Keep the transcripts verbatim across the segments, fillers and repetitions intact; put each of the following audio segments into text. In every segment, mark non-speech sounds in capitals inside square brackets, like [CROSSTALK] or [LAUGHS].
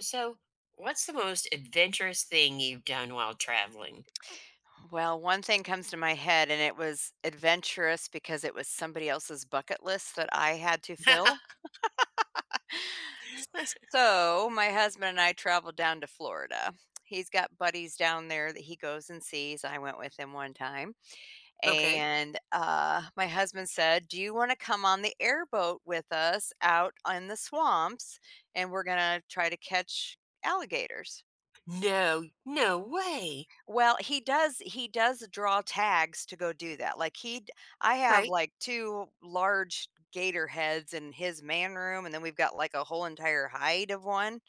So, what's the most adventurous thing you've done while traveling? Well, one thing comes to my head, and it was adventurous because it was somebody else's bucket list that I had to fill. [LAUGHS] So, my husband and I traveled down to Florida. He's got buddies down there that he goes and sees. I went with him one time. Okay. And uh, my husband said, "Do you want to come on the airboat with us out on the swamps? And we're going to try to catch alligators." No, no way. Well, he does he does draw tags to go do that, like, he d I have, Right. like, two large gator heads in his man room, and then we've got, like, a whole entire hide of one,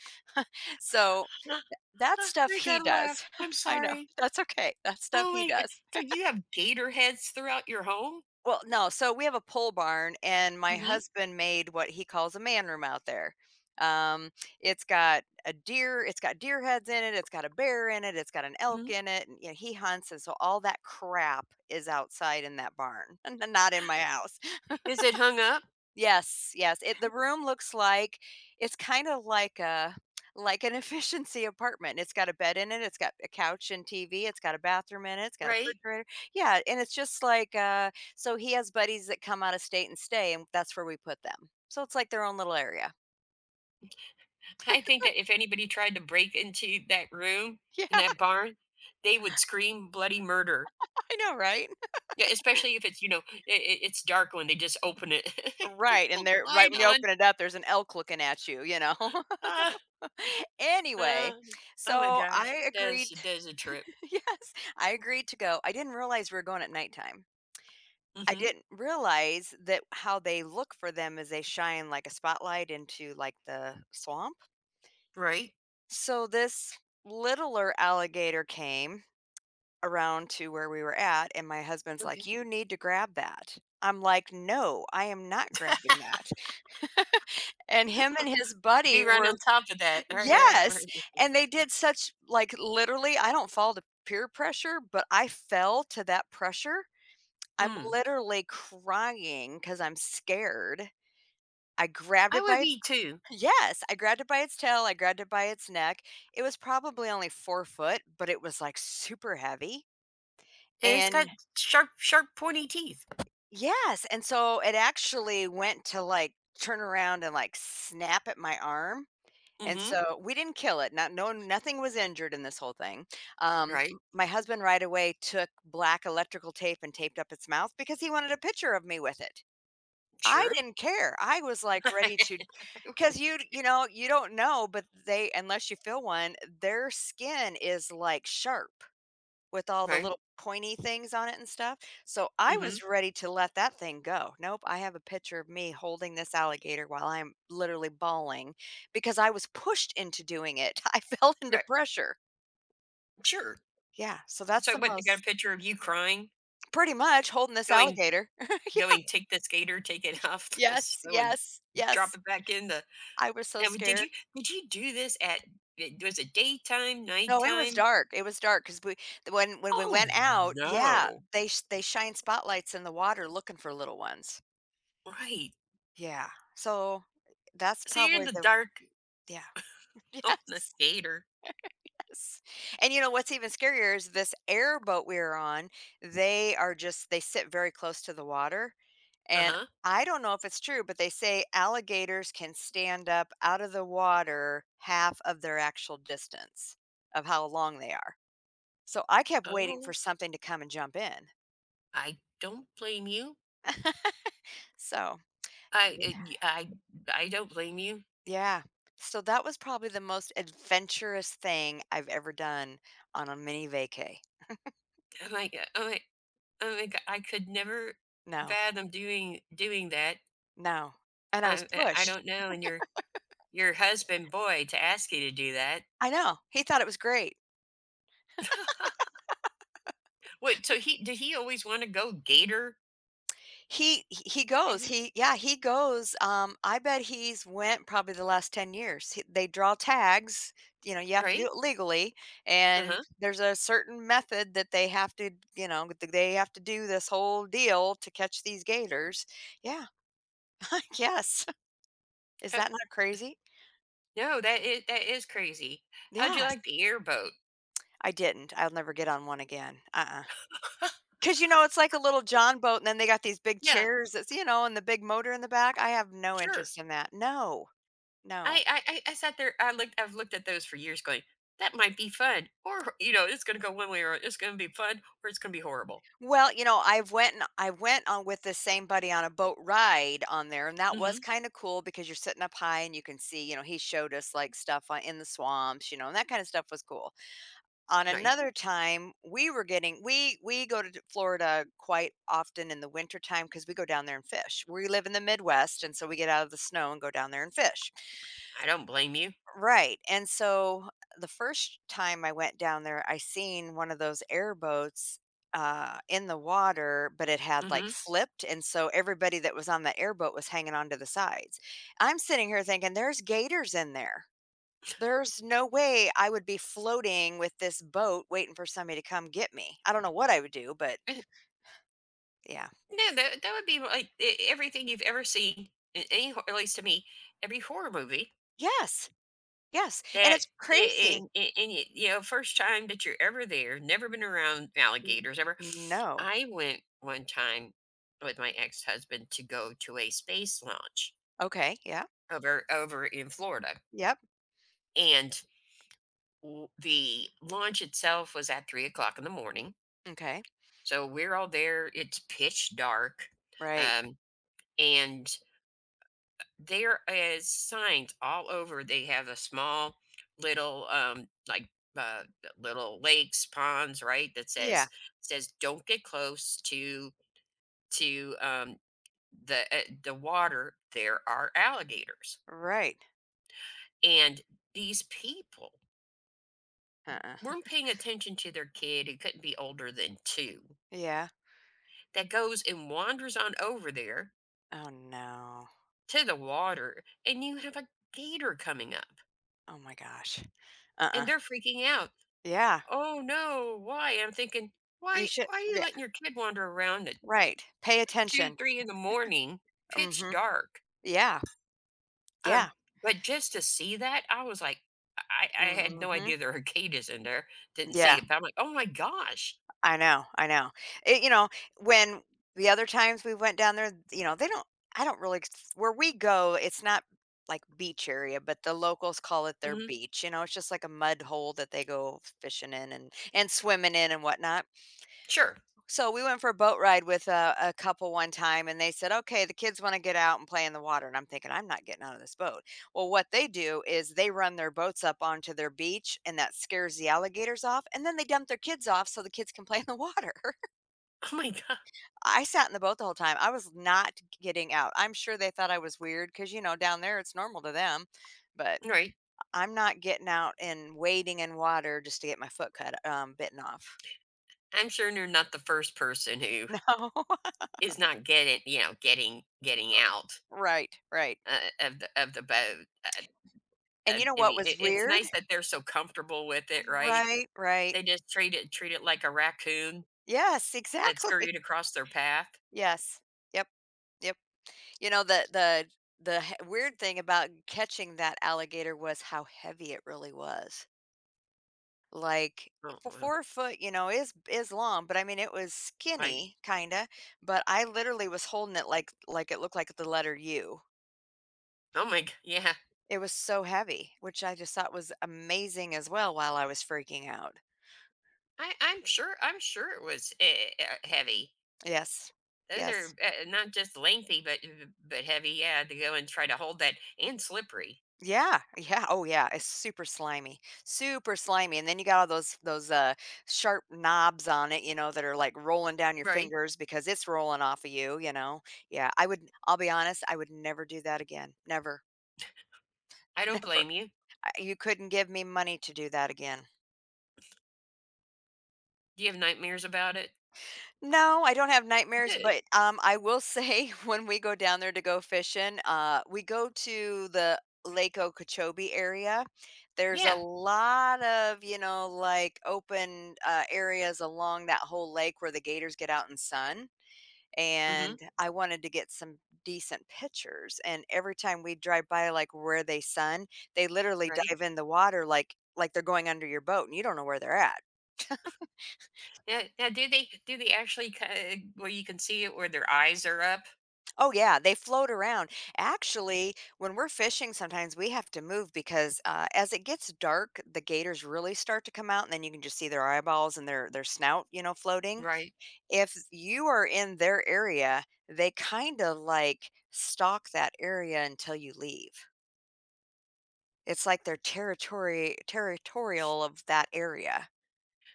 so, [GASPS] [LAUGHS] that stuff I he gotta laugh. does. I'm [LAUGHS] I know, sorry. that's okay. That stuff Oh he my. does. So, you have gator heads throughout your home? Well, no, so we have a pole barn, and my hmm husband made what he calls a man room out there. Um, it's got a deer, it's got deer heads in it, it's got a bear in it, it's got an hmm elk in it, and you know, he hunts, and so all that crap is outside in that barn, [LAUGHS] and not in my house. Is it hung up? Yes, yes, it the room looks like it's kinda like a like an [LAUGHS] efficiency apartment. It's got a bed in it, it's got a couch and T V, it's got a bathroom in it, it's got a Right. refrigerator. Yeah, and it's just like, uh so he has buddies that come out of state and stay, and that's where we put them. So it's like their own little area. I think that if anybody tried to break into that room [LAUGHS] in Yeah, that barn, they would scream bloody murder. I know, right? Yeah, especially if it's you know i i- it's dark when they just open it. [LAUGHS] Put Right, the and they're light right when you on. open it up, there's an elk looking at you, you know? [LAUGHS] [LAUGHS] Uh, Anyway, oh my so gosh, I that is agreed that is a trip. [LAUGHS] yes, I agreed to go. I didn't realize we were going at nighttime. Mm. I Mhm. didn't realize that how they look for them is they shine like a spotlight into like the swamp. Right. So this littler alligator came around to where we were at and my husband's like, Okay. "You need to grab that." I'm like, "No, I am not grabbing that." And him and his Be buddy right were on top of that. [LAUGHS] Right, yeah, right. yes, and they did such like literally, I don't fall to peer pressure, but I fell to that pressure. I'm Mm. literally crying because 'cause I'm scared. I grabbed I it would by its be too. yes, I grabbed it by its tail, I grabbed it by its neck. It was probably only four foot, but it was, like, super heavy, And it's got and sharp, sharp, pointy teeth. yes, and so it actually went to, like, turn around and, like, snap at my arm, Mm. and Mhm. so we didn't kill it, not no nothing was injured in this whole thing. Um, Right. m My husband right away took black electrical tape and taped up its mouth because he wanted a picture of me with it. I Sure. didn't care. I was like ready to, [LAUGHS] because you you know, you don't know, but they unless you feel one, their skin is like sharp with all the Right. little pointy things on it and stuff. So Mm. I Mhm. was ready to let that thing go. Nope, I have a picture of me holding this alligator while I'm literally bawling because I was pushed into doing it. [LAUGHS] I fell into Right. pressure. Sure. Yeah, so that's So the what? They got a most picture of you crying, pretty much holding this going, alligator. [LAUGHS] Yeah. going. Take the skater, take it off [LAUGHS] the Yes, snow, and yes, drop yes. it back in the. I was so Now, w- did you scared. did you do this at? it- Was it daytime, No, it was nighttime? dark, it was dark 'cause we th- when when we Oh went out yeah, no. they sh they shine spotlights in the water looking for little ones. Right. Yeah, so that's So you're in probably the the dark. yeah. [LAUGHS] Oh, the Yes, gator. yes, and you know what's even scarier is this airboat we were on, they are just they sit very close to the water, and Uh-huh. I don't know if it's true, but they say alligators can stand up out of the water half of their actual distance of how long they are. So I kept waiting for Oh, something to come and jump in. I don't blame you. So, I th uh, y- I I don't blame you. yeah. So that was probably the most adventurous thing I've ever done on a mini vacay. I'm like uh, I'm like I'm like I could never No, fathom doing doing that. no, and I was I I I pushed. don't know. And your your husband boy to ask you to do that. I know, he thought it was great. [LAUGHS] Wait. So he did he always want to go gator? He he goes. Then? He yeah, he goes, um, I bet he's went probably the last ten years. He they draw tags, you know, you have to do Right. it legally, and Uh-huh. there's a certain method that they have to, you know, th they have to do this whole deal to catch these gators. Yeah, [LAUGHS] yes. Is Uh, that not crazy? no, that is that is crazy. How'd you Yes. like the airboat? I didn't. I'll never get on one again. Uh-uh. Cause you know, it's like a little John boat, and then they got these big Yeah. chairs that's, you know, and the big motor in the back. I have no Sure. interest in that. No. No. I I I I sat there. I looked. I've looked at those for years, going, "That might be fun," or you know, it's going to go one way, or it's going to be fun, or it's going to be horrible. Well, you know, I went and I went on with the same buddy on a boat ride on there, and that was Hmm. kind of cool because you're sitting up high and you can see, you know, he showed us like stuff on, in the swamps, you know, and that kind of stuff was cool. On I another time, we were getting we we go to d- Florida quite often in the winter time because we go down there and fish. We live in the Midwest, and so we get out of the snow and go down there and fish. I don't blame you. Right, and so the first time I went down there, I seen one of those airboats, uh, in the water, but it had, Hmm. like, flipped, and so everybody that was on the airboat was hanging onto the sides. I'm sitting here thinking, "There's gators in there. There's no way I would be floating with this boat waiting for somebody to come get me." I don't know what I would do, but yeah. No, that that would be like e- everything you've ever seen in any, hor- at least to me, every horror movie Yes, yes, and that. it's crazy. And, and, and y- you know, first time that you're ever there, never been around N alligators ever. No. I went one time with my ex-husband to go to a space launch Okay, yeah, over over in Florida. yep, And w- the launch itself was at three o'clock in the morning. okay, So we're all there. It's pitch dark. right. Um, and there is signs all over. They have a small little um like uh, little lakes, ponds, right? That says Yeah, says don't get close to to um the uh, the water. There are alligators. right. And these people Uh-uh. weren't [LAUGHS] paying attention to their kid who couldn't be older than two Yeah. that goes and wanders on over there Oh, no. to the water, and you have a gator coming up, Oh my gosh. Uh-uh. and they're freaking out. Yeah. Oh no, why? I'm thinking, You why? should Why are you yeah, letting your kid wander around at right. Pay two, attention. three in the morning, Mm pitch Mhm. dark? Yeah. Um, Yeah. but just to see that, I was like, I, I Mm had no Mhm. idea there were [LAUGHS] gators in there. Didn't see Yeah. it, but I'm like, oh my gosh. I know, I know. It you know, when the other times we went down there, you know, they don't I don't really where we go, it's not like beach area, but the locals call it their Hmm. beach, you know, it's just like a mud hole that they go fishing in and and swimming in and whatnot. Sure. [LAUGHS] So we went for a boat ride with a, a couple one time and they said, okay, the kids want to get out and play in the water. And I'm thinking, I'm not getting out of this boat. Well, what they do is they run their boats up onto their beach and that scares the alligators off. And then they dump their kids off so the kids can play in the water. Oh my god, [LAUGHS] I sat in the boat the whole time. I was not getting out. I'm sure they thought I was weird because, you know, down there it's normal to them. But right? I'm not getting out and wading in water just to get my foot cut um, bitten off. I'm sure you're not the first person [LAUGHS] who No, is not getting, you know, getting getting out. [LAUGHS] right, right. Uh, of the of the boat. Uh, And you um, know I what mean, it was it's weird? nice that they're so comfortable with it, right? Right, right. They just treat it treat it like a raccoon Yes, that exactly. scurried [LAUGHS] across their path. Yes. Yep. Yep. You know, the the the he weird thing about catching that alligator was how heavy it really was. Like, Oh, f well, four foot, you know, is is long, but I mean, it was I skinny, kinda, but I literally was holding it like like it looked like the letter U. oh my g yeah. It was so heavy, which I just thought was amazing as well while I was freaking out. I I'm sure I'm sure it was, eh, eh, uh, heavy. Yes. Those Yes. are, uh, not just lengthy, but uh, but heavy, yeah, to go and try to hold that and slippery, Yeah, yeah, oh yeah, it's super slimy, super slimy, and then you got all those those, uh, sharp knobs on it, you know, that are, like, rolling down your right? fingers because it's rolling off of you, you know? Yeah, I would I'll be honest, I would never do that again, never, [LAUGHS] I don't never. blame you. I you couldn't give me money to do that again. Do you have nightmares about it? No, I don't have nightmares, Good. but, um, I will say [LAUGHS] when we go down there to go fishing, uh, we go to the Lake Okeechobee area. There's Yeah. a lot of, you know, like, open, uh, areas along that whole lake where the gators get out and sun, and Mhm. I wanted to get some decent pictures, and every time we drive by, like, where they sun, they literally Right. dive in the water like like they're going under your boat, and you don't know where they're at. Yeah, now do they do they actually ki where you can see it where their eyes are up? Oh yeah, they float around. Actually, when we're fishing, sometimes we have to move because uh, as it gets dark, the gators really start to come out, and then you can just see their eyeballs and their their snout, you know, floating. Right. If you are in their area, they kind of like stalk that area until you leave. It's like they're territory territorial of that area.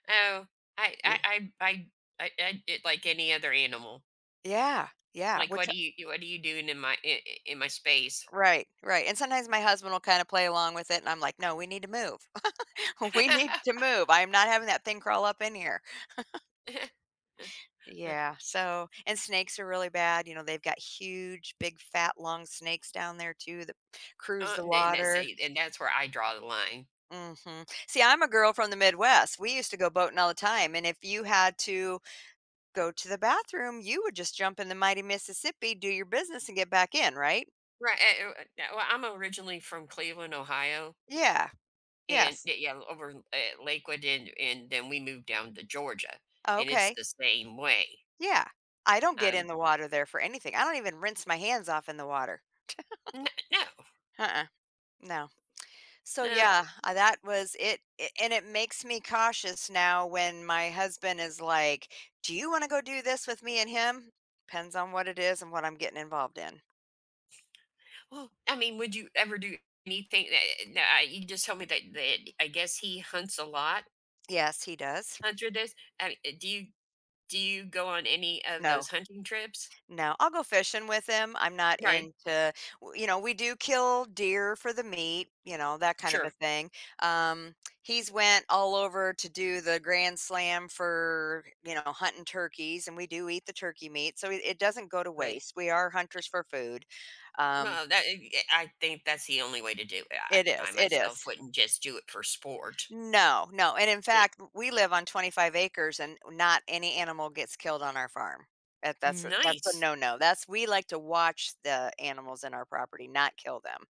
Oh, I I Yeah. I I I I it like any other animal. Yeah, yeah, Like, which "What are you what are you doing in my I in my space?" right, right. And sometimes my husband will kind of play along with it, and I'm like, no, we need to move. [LAUGHS] We need to [LAUGHS] move. I am not having that thing crawl up in here. Yeah. So, and snakes are really bad. You know, they've got huge, big, fat, long snakes down there too that cruise Uh, the And that- and that's water. a and that's where I draw the line. Hmm. See, I'm a girl from the Midwest. We used to go boating all the time. And if you had to go to the bathroom, you would just jump in the mighty Mississippi, do your business, and get back in, right? Right, eh, uh, yeah, well, I'm originally from Cleveland, Ohio, Yeah. and Yes. y yeah, over in, eh, Lakewood, and and then we moved down to Georgia, and it's Okay. the same way. Yeah. I don't get in Um, the water there for anything. I don't even rinse my hands off in the water. n no, Uh uh. No. So no. yeah, uh, that was it, i- and it makes me cautious now when my husband is like, "Do you want to go do this with me and him?" Depends on what it is and what I'm getting involved in. Well, I mean, would you ever do anything? eh, eh, No, I- you just told me that, that I guess he hunts a lot. Yes, he does. Hunter does. I mean, eh, do you do you go on any of No. those hunting trips? No, I'll go fishing with him. I'm not Right. into, w- you know, we do kill deer for the meat, you know, that kind of a Sure. thing. Um, he's went all over to do the Grand Slam for, you know, hunting turkeys, and we do eat the turkey meat, so it, it doesn't go to Right. waste. We are hunters for food. Um, No, that eh, eh, I think that's the only way to do it. it I, is, I it myself is. wouldn't just do it for sport. No, no, and in It fact, we live on twenty-five acres and not any animal gets killed on our farm. That that's a that's a nice. no-no. That's We like to watch the animals in our property, not kill them.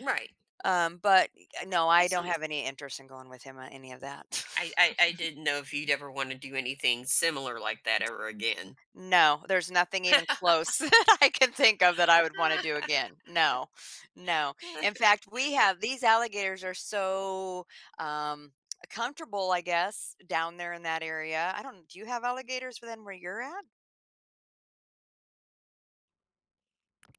Right. Um, but, y- no, I That's don't nice. have any interest in going with him on any of that. I, [LAUGHS] I I didn't know if you'd ever want to do anything similar like that ever again. No, there's nothing even close [LAUGHS] that I can think of that I would wanna do again. No, no. In [LAUGHS] fact, we have these alligators are so, um, comfortable, I guess, down there in that area. I don't do you have alligators within where you're at?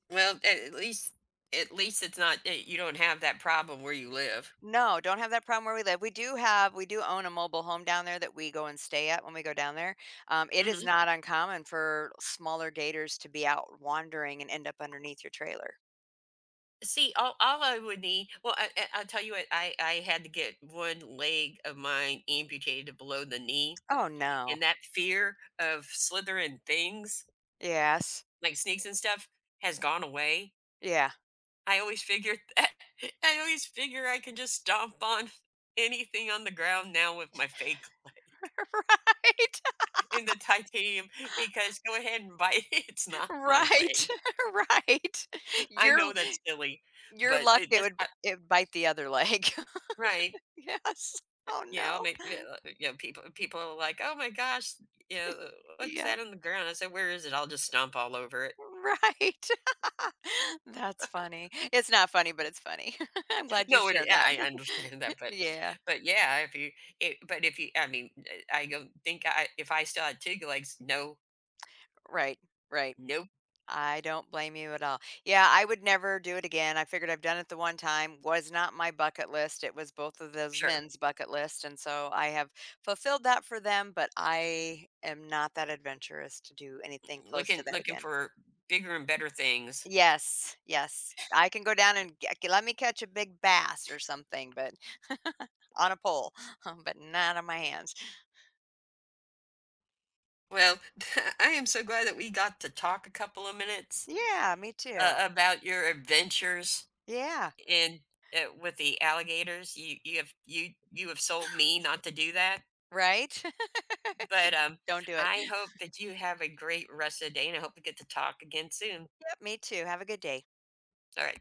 Well, at least at least it's not that you don't have that problem where you live. No, don't have that problem where we live. We do have we do own a mobile home down there that we go and stay at when we go down there. Um, it is Mhm. not uncommon for smaller gators to be out wandering and end up underneath your trailer. See, all, all I would need, well, I, I- I'll tell you what, I, I had to get one leg of mine amputated below the knee, Oh, no. and that fear of slithering things Yes. like snakes and stuff has gone away. Yeah. I always figured that, [LAUGHS] I always figure I can just stomp on anything on the ground now with my fake leg [LAUGHS] [LAUGHS] Right. and the titanium because go ahead and bite it. [LAUGHS] It's not my Right, leg. [LAUGHS] right. I Your your know luck. that's silly, but it it that's would uh, it would bite the other leg. [LAUGHS] right. Yes. Oh, You know, no. make you know, people people are like, "Oh my gosh, you know, what's Yep. that on the ground?" I said, "Where is it? I'll just stomp all over it." Right. [LAUGHS] That's funny. It's not funny, but it's funny. [LAUGHS] I'm [LAUGHS] glad you No, it shared yeah, that. I understand that, [LAUGHS] but Yeah. but yeah, if you it, but if you I mean, eh, I don't think I if I still had two legs, no, Right, right. nope, I don't blame you at all. Yeah, I would never do it again. I figured I've done it the one time. Was not my bucket list. It was both of those sure. men's bucket list. And so I have fulfilled that for them, but I am not that adventurous to do anything close to Looking that looking again. for bigger and better things. Yes, yes. I can go down and g- let me catch a big bass or something, but [LAUGHS] on a pole, [LAUGHS] but not on my hands. Well, [LAUGHS] I am so glad that we got to talk a couple of minutes Yeah, me uh, too. about your adventures. Yeah, And, uh, with the alligators, you you have you you have sold me not to do that, right? but, um, [LAUGHS] Don't do it. I hope that you have a great rest of the day, and I hope we get to talk again soon. Yep, me too. Have a good day. Alright.